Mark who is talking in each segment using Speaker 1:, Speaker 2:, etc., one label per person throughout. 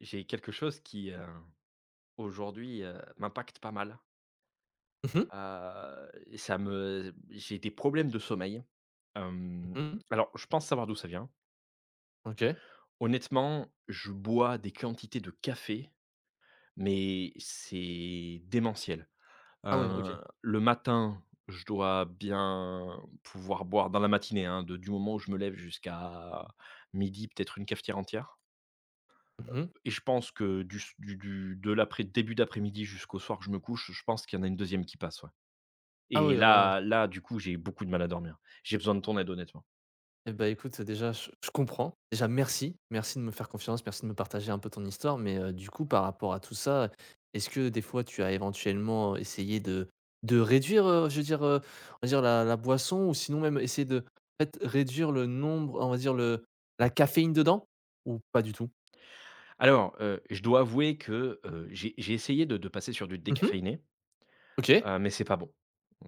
Speaker 1: J'ai quelque chose qui, aujourd'hui, m'impacte pas mal.
Speaker 2: Mmh mh.
Speaker 1: Et ça me j'ai des problèmes de sommeil. Hem,
Speaker 2: Mmh mh.
Speaker 1: alors je pense savoir d'où ça vient.
Speaker 2: OK.
Speaker 1: Honnêtement, je bois des quantités de café, mais c'est démentiel.
Speaker 2: Ah ouais, OK.
Speaker 1: Le matin, je dois bien pouvoir boire dans la matinée, hein, de du moment où je me lève jusqu'à midi, peut-être une cafetière entière.
Speaker 2: Mmh mh.
Speaker 1: Et je pense que du s du de l'après début d'après-midi jusqu'au soir que je me couche, je pense qu'il y en a une deuxième qui passe, ouais.
Speaker 2: Ah
Speaker 1: Et
Speaker 2: oui, ouais, ouais.
Speaker 1: là, du coup, j'ai beaucoup de mal à dormir. J'ai besoin de ton aide, honnêtement.
Speaker 2: Et bah, écoute, déjà, je comprends. Déjà, merci. Merci de me faire confiance, merci de me partager un peu ton histoire. Mais, du coup, par rapport à tout ça, est-ce que des fois tu as éventuellement essayé de réduire, je veux dire, on va dire la boisson ou sinon même essayer de, en fait, réduire le nombre, on va dire le la caféine dedans? Ou pas du tout?
Speaker 1: Alors, je dois avouer que, j'ai essayé de passer sur du
Speaker 2: Mmh mh.
Speaker 1: décaféiné,
Speaker 2: OK.
Speaker 1: mais c'est pas bon.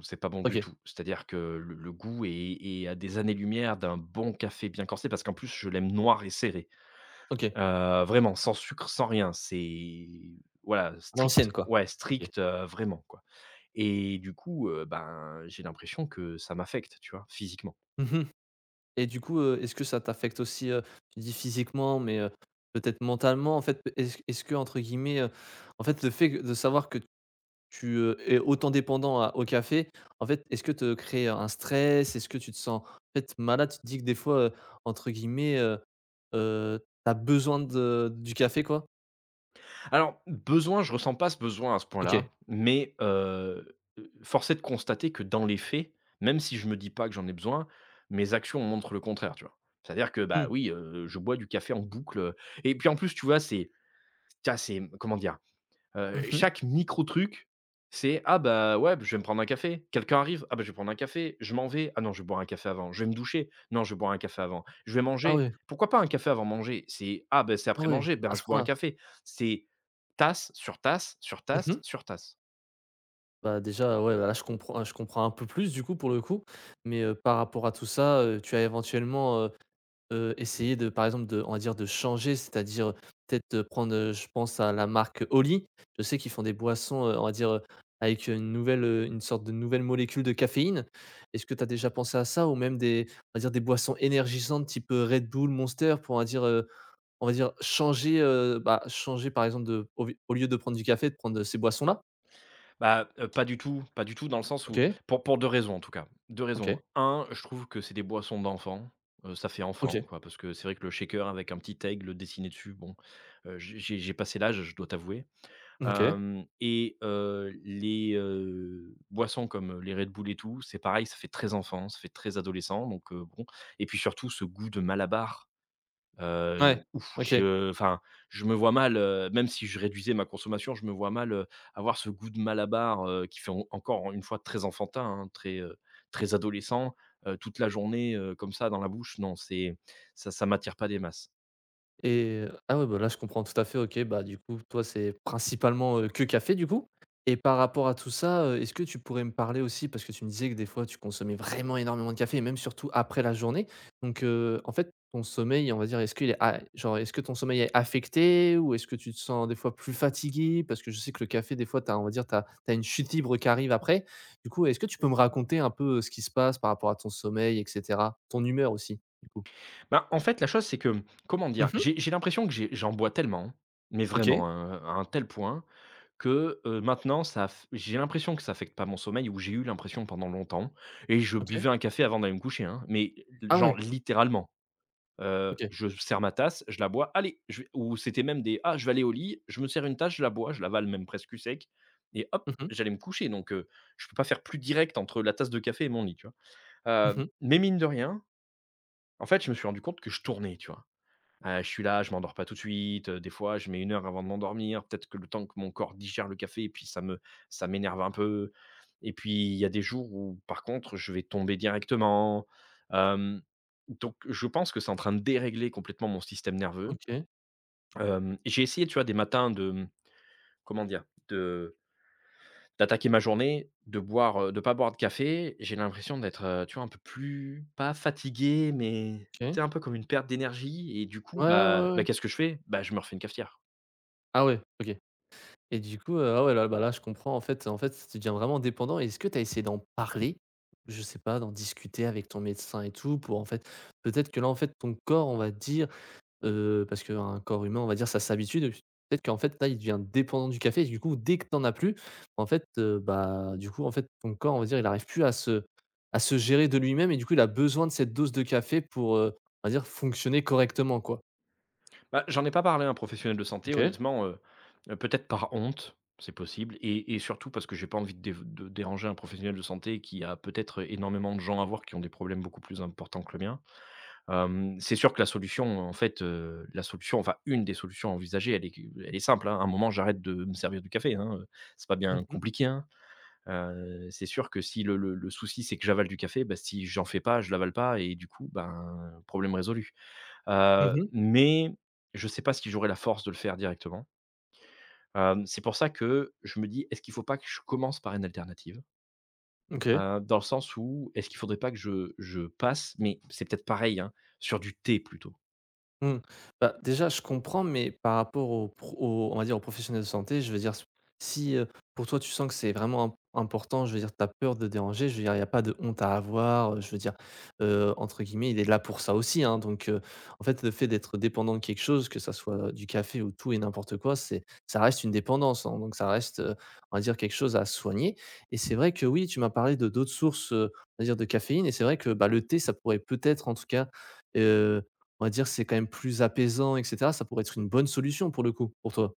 Speaker 1: C'est pas bon du
Speaker 2: OK.
Speaker 1: tout. C'est-à-dire que le goût est à des années-lumière d'un bon café bien corsé, parce qu'en plus, je l'aime noir et serré.
Speaker 2: OK.
Speaker 1: Vraiment, sans sucre, sans rien. C'est Voilà,
Speaker 2: À
Speaker 1: strict.
Speaker 2: l'ancienne, quoi.
Speaker 1: Ouais,
Speaker 2: OK.
Speaker 1: strict, vraiment, quoi. Et du coup, ben, j'ai l'impression que ça m'affecte, tu vois? Physiquement.
Speaker 2: Mmh mh. Et du coup, est-ce que ça t'affecte aussi, tu dis physiquement, mais, peut-être mentalement, en fait, est-ce qu'entre guillemets, en fait, le fait que de savoir que tu, es autant dépendant à au café, en fait, est-ce que te crée un stress? Est-ce que tu te sens, en fait, malade? Tu te dis que des fois, entre guillemets, heu, tu besoin de du café, quoi?
Speaker 1: Alors, besoin, je ressens pas ce besoin à ce
Speaker 2: OK.
Speaker 1: point-là, mais, force est de constater que dans les faits, même si je me dis pas que j'en ai besoin, mes actions montrent le contraire, tu vois? C'est-à-dire que, bah,
Speaker 2: Mmh.
Speaker 1: oui, je bois du café en boucle, et puis en plus, tu vois, c'est, comment dire?
Speaker 2: Mmh.
Speaker 1: Chaque micro truc, c'est: «Ah bah, ouais, je vais me prendre un café». Quelqu'un arrive: «Ah bah, je vais prendre un café». Je m'en vais: «Ah non, je vais boire un café avant». Je vais me doucher: «Non, je vais boire un café avant». Je vais
Speaker 2: Ah
Speaker 1: manger:
Speaker 2: ouais,
Speaker 1: «Pourquoi pas un café avant manger?» C'est: «Ah bah, c'est
Speaker 2: ah
Speaker 1: après
Speaker 2: ouais,
Speaker 1: manger,
Speaker 2: à
Speaker 1: ben,
Speaker 2: ce
Speaker 1: je bois un
Speaker 2: point-là.
Speaker 1: café». C'est tasse sur tasse, sur tasse,
Speaker 2: Mmh.
Speaker 1: sur tasse.
Speaker 2: Bah, déjà, ouais, bah, là, je comprends un peu plus, du coup, pour le coup, mais, par rapport à tout ça, tu as éventuellement, essayer de par exemple de on va dire de changer, c'est-à-dire peut-être, prendre, je pense à la marque Oli. Je sais qu'ils font des boissons, on va dire, avec, une nouvelle, une sorte de nouvelle molécule de caféine. Est-ce que tu as déjà pensé à ça? Ou même des on va dire des boissons énergisantes type, Red Bull, Monster pour on va dire changer, bah, changer par exemple de au lieu de prendre du café, de prendre, ces boissons-là?
Speaker 1: Bah, pas du tout, pas du tout dans le sens où
Speaker 2: OK,
Speaker 1: pour 2 raisons en tout cas. 2
Speaker 2: OK,
Speaker 1: raisons. Un, je trouve que c'est des boissons d'enfants, ça fait enfant
Speaker 2: OK,
Speaker 1: quoi, parce que c'est vrai que le shaker avec un petit aigle dessiné dessus, bon, j'ai passé l'âge, je dois t'avouer.
Speaker 2: OK.
Speaker 1: Hem et Les, boissons comme, les Red Bull et tout, c'est pareil, ça fait très enfant, ça fait très adolescent donc bon et puis surtout ce goût de Malabar, heu,
Speaker 2: Ouais,
Speaker 1: ouf,
Speaker 2: OK.
Speaker 1: je enfin, je me vois mal, même si je réduisais ma consommation, je me vois mal, avoir ce goût de Malabar, qui fait en encore une fois très enfantin, hein, très, très adolescent, toute la journée, comme ça dans la bouche. Non, c'est ça ça m'attire pas des masses.
Speaker 2: Et ah ouais, bah, là, je comprends tout à fait, OK, bah, du coup, toi, c'est principalement, que café, du coup? Et par rapport à tout ça, est-ce que tu pourrais me parler aussi parce que tu me disais que des fois, tu consommais vraiment énormément de café et même surtout après la journée. Donc en fait, ton sommeil, on va dire, est-ce qu'il est a genre, est-ce que ton sommeil est affecté ou est-ce que tu te sens des fois plus fatigué? Parce que je sais que le café, des fois, t'as on va dire, t'as une chute libre qui arrive après. Du coup, est-ce que tu peux me raconter un peu, ce qui se passe par rapport à ton sommeil et cetera? Ton humeur aussi, du coup?
Speaker 1: Bah, en fait, la chose, c'est que, comment dire?
Speaker 2: Mmh.
Speaker 1: J'ai l'impression que j'en bois tellement, mais
Speaker 2: OK,
Speaker 1: vraiment, hein, à un tel point que, maintenant ça aff j'ai l'impression que ça affecte pas mon sommeil ou j'ai eu l'impression pendant longtemps et je
Speaker 2: OK.
Speaker 1: buvais un café avant d'aller me coucher, hein, mais
Speaker 2: Ah
Speaker 1: genre
Speaker 2: ouais,
Speaker 1: littéralement.
Speaker 2: OK.
Speaker 1: Je sers ma tasse, je la bois, allez, je vais ou c'était même des: «Ah, je vais aller au lit, je me sers une tasse, je la bois», je l'avale même presque sec et hop,
Speaker 2: Mmh mh.
Speaker 1: j'allais me coucher donc je peux pas faire plus direct entre la tasse de café et mon lit, tu vois?
Speaker 2: Mmh mh.
Speaker 1: Mais mine de rien, en fait, je me suis rendu compte que je tournais, tu vois? Je suis là, je m'endors pas tout de suite, des fois je mets une heure avant de m'endormir, peut-être que le temps que mon corps digère le café et puis ça m'énerve un peu et puis il y a des jours où par contre je vais tomber directement. hem, donc je pense que c'est en train de dérégler complètement mon système nerveux.
Speaker 2: OK,
Speaker 1: J'ai essayé, tu vois, des matins de, comment dire? De D'attaquer ma journée, de boire, de pas boire de café, j'ai l'impression d'être, tu vois, un peu plus pas fatigué, mais
Speaker 2: OK.
Speaker 1: c'est un peu comme une perte d'énergie et du
Speaker 2: Ouais,
Speaker 1: coup,
Speaker 2: ouais,
Speaker 1: bah
Speaker 2: ouais, ouais.
Speaker 1: bah, qu'est-ce que je fais? Bah, je me refais une cafetière.
Speaker 2: Ah ouais, OK, et du coup, ah ouais, là, bah, là, je comprends en fait, tu deviens vraiment dépendant et est-ce que tu as essayé d'en parler? Je sais pas, d'en discuter avec ton médecin et tout pour en fait peut-être que là, en fait, ton corps, on va dire, parce qu'un corps humain, on va dire, ça s'habitue de peut-être qu'en fait, là, il devient dépendant du café et du coup, dès que tu en as plus, en fait, bah, du coup, en fait, ton corps, on va dire, il arrive plus à se gérer de lui-même et du coup, il a besoin de cette dose de café pour, on va dire, fonctionner correctement, quoi.
Speaker 1: Bah, j'en ai pas parlé à un professionnel de santé
Speaker 2: OK.
Speaker 1: honnêtement, peut-être par honte, c'est possible et surtout parce que j'ai pas envie de déranger un professionnel de santé qui a peut-être énormément de gens à voir qui ont des problèmes beaucoup plus importants que le mien. C'est sûr que la solution, en fait, enfin une des solutions envisagées, elle est simple, hein. À un moment, j'arrête de me servir du café, hein, c'est pas
Speaker 2: Mhm.
Speaker 1: bien
Speaker 2: Mhm.
Speaker 1: compliqué, hein. C'est sûr que si le souci, c'est que j'avale du café, bah, si j'en fais pas, je l'avale pas et du coup, ben, problème résolu.
Speaker 2: Mmh.
Speaker 1: Mais je sais pas si j'aurai la force de le faire directement. C'est pour ça que je me dis: «Est-ce qu'il faut pas que je commence par une alternative?»
Speaker 2: OK.
Speaker 1: Dans le sens où est-ce qu'il faudrait pas que je passe mais c'est peut-être pareil, hein, sur du thé plutôt?
Speaker 2: Mmh. Bah, déjà, je comprends, mais par rapport au pro aux on va dire, aux professionnels de santé, je veux dire, si, pour toi, tu sens que c'est vraiment imp important, je veux dire, tu as peur de déranger, je veux dire, il y a pas de honte à avoir, je veux dire, entre guillemets, «il est là pour ça aussi», hein, donc en fait, le fait d'être dépendant de quelque chose, que ça soit, du café ou tout et n'importe quoi, c'est ça reste une dépendance, hein, donc ça reste, on va dire, quelque chose à soigner et c'est vrai que, oui, tu m'as parlé de d'autres sources, on va dire, de caféine et c'est vrai que, bah, le thé, ça pourrait peut-être, en tout cas, on va dire, c'est quand même plus apaisant et cetera, ça pourrait être une bonne solution pour le coup, pour toi?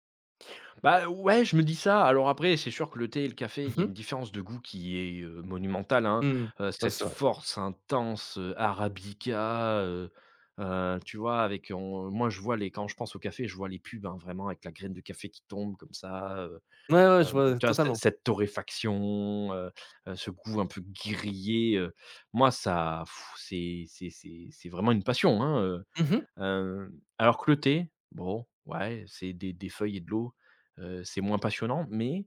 Speaker 1: Bah, ouais, je me dis ça. Alors après, c'est sûr que le thé et le café, il y
Speaker 2: Mmh
Speaker 1: a une
Speaker 2: mh.
Speaker 1: différence de goût qui est, monumentale, hein.
Speaker 2: Mmh. Ça,
Speaker 1: Cette
Speaker 2: c'est vrai.
Speaker 1: force intense, arabica, tu vois? Avec on Moi, je vois les quand je pense au café, je vois les pubs, hein, vraiment avec la graine de café qui tombe comme ça,
Speaker 2: Ouais, ouais, je
Speaker 1: hem,
Speaker 2: vois
Speaker 1: tu vois? Ce
Speaker 2: totalement.
Speaker 1: cette torréfaction, ce goût un peu grillé, moi ça pff, c'est vraiment une passion, hein,
Speaker 2: Mmh mh.
Speaker 1: Hem, alors que le thé, bon, ouais, c'est des feuilles et de l'eau, c'est moins passionnant,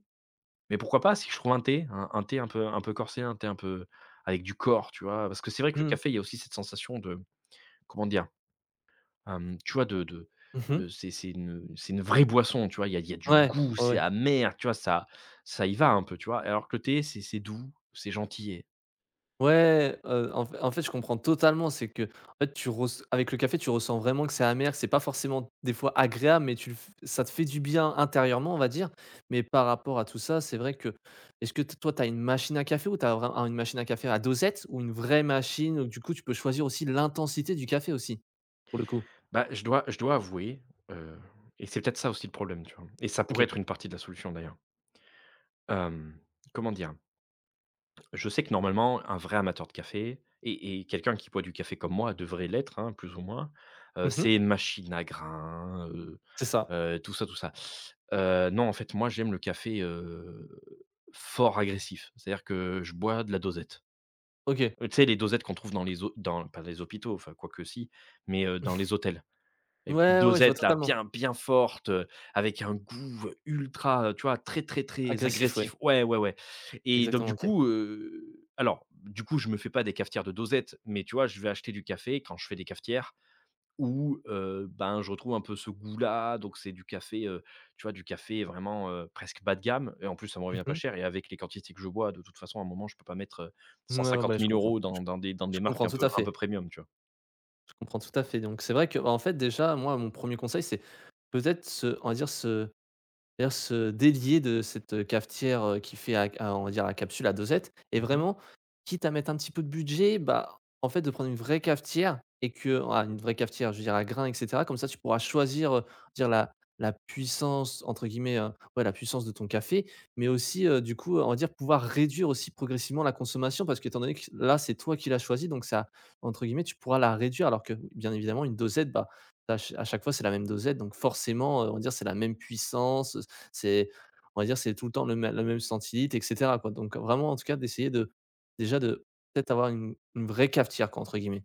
Speaker 1: mais pourquoi pas si je trouve un thé, un thé un peu corsé, un thé un peu avec du corps, tu vois? Parce que c'est vrai que le
Speaker 2: Mmh.
Speaker 1: café, il y a aussi cette sensation de comment dire? Tu vois,
Speaker 2: Mmh mh.
Speaker 1: de c'est c'est une vraie boisson, tu vois? Il y a du
Speaker 2: Ouais,
Speaker 1: goût,
Speaker 2: ouais,
Speaker 1: c'est
Speaker 2: ouais.
Speaker 1: amer, tu vois? Ça y va un peu, tu vois? Alors que le thé, c'est doux, c'est gentil et
Speaker 2: Ouais, en fait, je comprends totalement, c'est qu'en fait, tu ress avec le café, tu ressens vraiment que c'est amer, que c'est pas forcément des fois agréable, mais tu le f ça te fait du bien intérieurement, on va dire, mais par rapport à tout ça, c'est vrai que est-ce que t toi, tu as une machine à café ou tu as vraim un une machine à café à dosette ou une vraie machine où du coup, tu peux choisir aussi l'intensité du café aussi, pour le coup?
Speaker 1: bah, je dois avouer, heu et c'est peut-être ça aussi le problème, tu vois? Et ça pourrait
Speaker 2: OK.
Speaker 1: être une partie de la solution d'ailleurs. Hem, Comment dire? Je sais que normalement, un vrai amateur de café et quelqu'un qui boit du café comme moi devrait l'être, hein, plus ou moins,
Speaker 2: Mmh mh.
Speaker 1: c'est une machine à grains,
Speaker 2: C'est ça.
Speaker 1: tout ça, tout ça. Non, en fait, moi, j'aime le café, fort agressif. C'est-à-dire que je bois de la dosette.
Speaker 2: OK.
Speaker 1: Tu sais, les dosettes qu'on trouve dans les hô dans pas les hôpitaux, enfin, quoique si, mais dans les hôtels. Les petites
Speaker 2: Ouais, ouais, ouais, je vois
Speaker 1: dosettes là,
Speaker 2: totalement.
Speaker 1: bien, bien fortes, avec un goût, ultra, tu vois? Très, très, très
Speaker 2: Agressif, ouais.
Speaker 1: agressif. Ouais, ouais, ouais et donc
Speaker 2: Exactement,
Speaker 1: du
Speaker 2: OK.
Speaker 1: coup, du coup, je me fais pas des cafetières de dosettes, mais tu vois, je vais acheter du café quand je fais des cafetières où, ben, je retrouve un peu ce goût-là. Donc c'est du café, tu vois? Du café vraiment, presque bas de gamme et en plus, ça me
Speaker 2: Mmh
Speaker 1: revient pas
Speaker 2: mh.
Speaker 1: cher et avec les quantités que je bois, de toute façon, à un moment, je peux pas mettre,
Speaker 2: Ouais,
Speaker 1: cent
Speaker 2: ouais, ouais,
Speaker 1: cinquante
Speaker 2: je
Speaker 1: mille
Speaker 2: comprends.
Speaker 1: euros dans dans des dans
Speaker 2: Je
Speaker 1: des marques
Speaker 2: comprends tout à
Speaker 1: un peu
Speaker 2: fait.
Speaker 1: premium, tu
Speaker 2: Je comprends tout à fait. Donc c'est vrai que, bah, en fait, déjà, moi, mon premier conseil, c'est peut-être se on va dire se c'est-à-dire se délier de cette cafetière, qui fait à on va dire la capsule à dosette et
Speaker 1: vois?
Speaker 2: vraiment, quitte à mettre un petit peu de budget, bah, en fait, de prendre une vraie cafetière et que ah, une vraie cafetière, je veux dire à grains et cetera. Comme ça, tu pourras choisir, dire la «puissance» entre guillemets, ouais, la puissance de ton café, mais aussi, du coup, on va dire pouvoir réduire aussi progressivement la consommation parce qu'étant donné que là, c'est toi qui l'as choisi, donc ça, entre guillemets, tu pourras la réduire alors que, bien évidemment, une dosette, bah, à ch à chaque fois, c'est la même dosette, donc forcément, on va dire c'est la même puissance, c'est on va dire, c'est tout le temps le mê la même senti et cetera, quoi. Donc vraiment, en tout cas, d'essayer de déjà de peut-être avoir une «vraie cafetière», quoi, entre guillemets.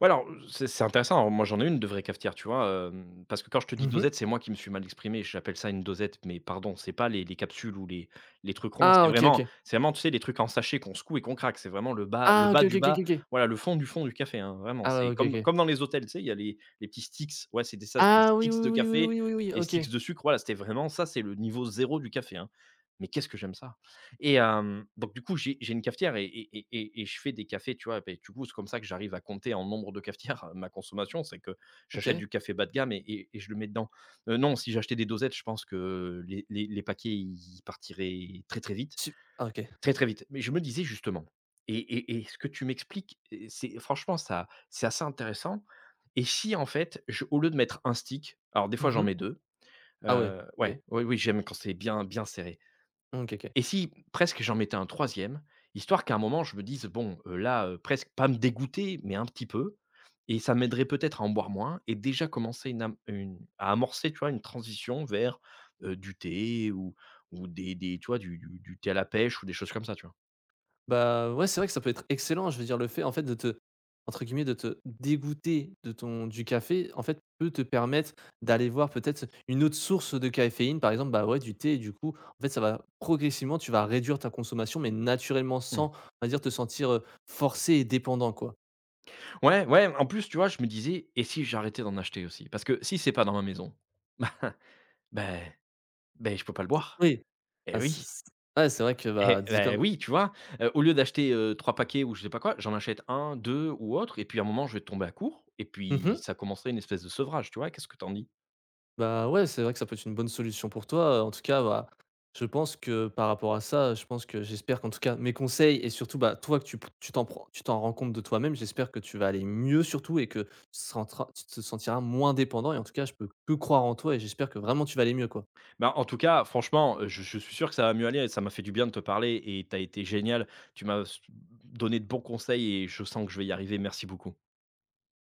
Speaker 1: Ouais, alors, c'est intéressant. Alors moi, j'en ai une de vraie cafetière, tu vois? Parce que quand je te dis
Speaker 2: Mmh.
Speaker 1: dosette, c'est moi qui me suis mal exprimé. J'appelle ça une dosette, mais pardon, c'est pas les capsules ou les trucs ronds.
Speaker 2: Ah
Speaker 1: C'est
Speaker 2: OK,
Speaker 1: vraiment
Speaker 2: OK.
Speaker 1: c'est vraiment, tu sais, les trucs en sachet qu'on secoue et qu'on craque. C'est vraiment le
Speaker 2: Ah OK,
Speaker 1: bas du bas,
Speaker 2: OK.
Speaker 1: voilà, le fond du café, hein. Vraiment,
Speaker 2: Ah ouais,
Speaker 1: c'est
Speaker 2: OK,
Speaker 1: comme
Speaker 2: OK.
Speaker 1: comme dans les hôtels, tu sais, il y a les petits sticks. Ouais, c'était ça, c'était des
Speaker 2: Ah oui,
Speaker 1: sticks de café
Speaker 2: oui,
Speaker 1: et
Speaker 2: OK.
Speaker 1: sticks de sucre. Voilà, c'était vraiment ça, c'est le niveau zéro du café, hein. Mais qu'est-ce que j'aime ça! Donc du coup, j'ai une cafetière et je fais des cafés, tu vois? Et du coup, c'est comme ça que j'arrive à compter en nombre de cafetières ma consommation, c'est que j'achète
Speaker 2: OK.
Speaker 1: du café bas de gamme et je le mets dedans. Non, si j'achetais des dosettes, je pense que les paquets, ils partiraient très, très vite
Speaker 2: Sup ah OK.
Speaker 1: très, très vite. Mais je me disais justement et ce que tu m'expliques et c'est franchement ça c'est assez intéressant et si en fait, je au lieu de mettre un stick alors des fois j'en
Speaker 2: Mmh.
Speaker 1: mets 2.
Speaker 2: Ah ouais, OK.
Speaker 1: Ouais, oui, oui, j'aime quand c'est bien, bien serré.
Speaker 2: Mmh, OK, OK.
Speaker 1: Et si presque j'en mettais un troisième histoire qu'à un moment je me dise: «Bon, là, presque pas me dégoûter, mais un petit peu» et ça m'aiderait peut-être à en boire moins et déjà commencer une am une à amorcer, tu vois, une transition vers, du thé ou du thé à la pêche ou des choses comme ça, tu vois?
Speaker 2: Bah, ouais, c'est vrai que ça peut être excellent. Je veux dire, le fait, en fait, de te entre guillemets, de te dégoûter de ton du café, en fait, peut te permettre d'aller voir peut-être une autre source de caféine, par exemple, bah, ouais, du thé et du coup, en fait, ça va progressivement, tu vas réduire ta consommation, mais naturellement
Speaker 1: Mmh.
Speaker 2: sans, on va dire, te sentir, forcé et dépendant, quoi.
Speaker 1: Ouais, ouais, en plus, tu vois, je me disais: «Et si j'arrêtais d'en acheter aussi?» parce que si c'est pas dans ma maison, ben ben je peux pas le boire.
Speaker 2: Oui.
Speaker 1: Et
Speaker 2: Ah, c
Speaker 1: oui.
Speaker 2: c ouais, c'est vrai que,
Speaker 1: Eh
Speaker 2: bah, dit
Speaker 1: bah,
Speaker 2: comme
Speaker 1: oui, tu vois? Au lieu d'acheter, 3 paquets ou je sais pas quoi, j'en achète un, deux ou autre et puis à un moment je vais tomber à court et puis
Speaker 2: mmh.
Speaker 1: ça commencerait une espèce de sevrage, tu vois? Qu'est-ce que t'en dis?
Speaker 2: Bah, ouais, c'est vrai que ça peut être une bonne solution pour toi, en tout cas, bah, je pense que par rapport à ça, je pense que j'espère qu'en tout cas mes conseils et surtout, bah, toi que tu p tu t'en rends compte de toi-même, j'espère que tu vas aller mieux surtout et que tu te sentiras moins dépendant et en tout cas, je peux que croire en toi et j'espère que vraiment tu vas aller mieux, quoi.
Speaker 1: Bah, en tout cas, franchement, je suis sûr que ça va mieux aller. Et ça m'a fait du bien de te parler et tu été génial. Tu m'as s donné de bons conseils et je sens que je vais y arriver. Merci beaucoup.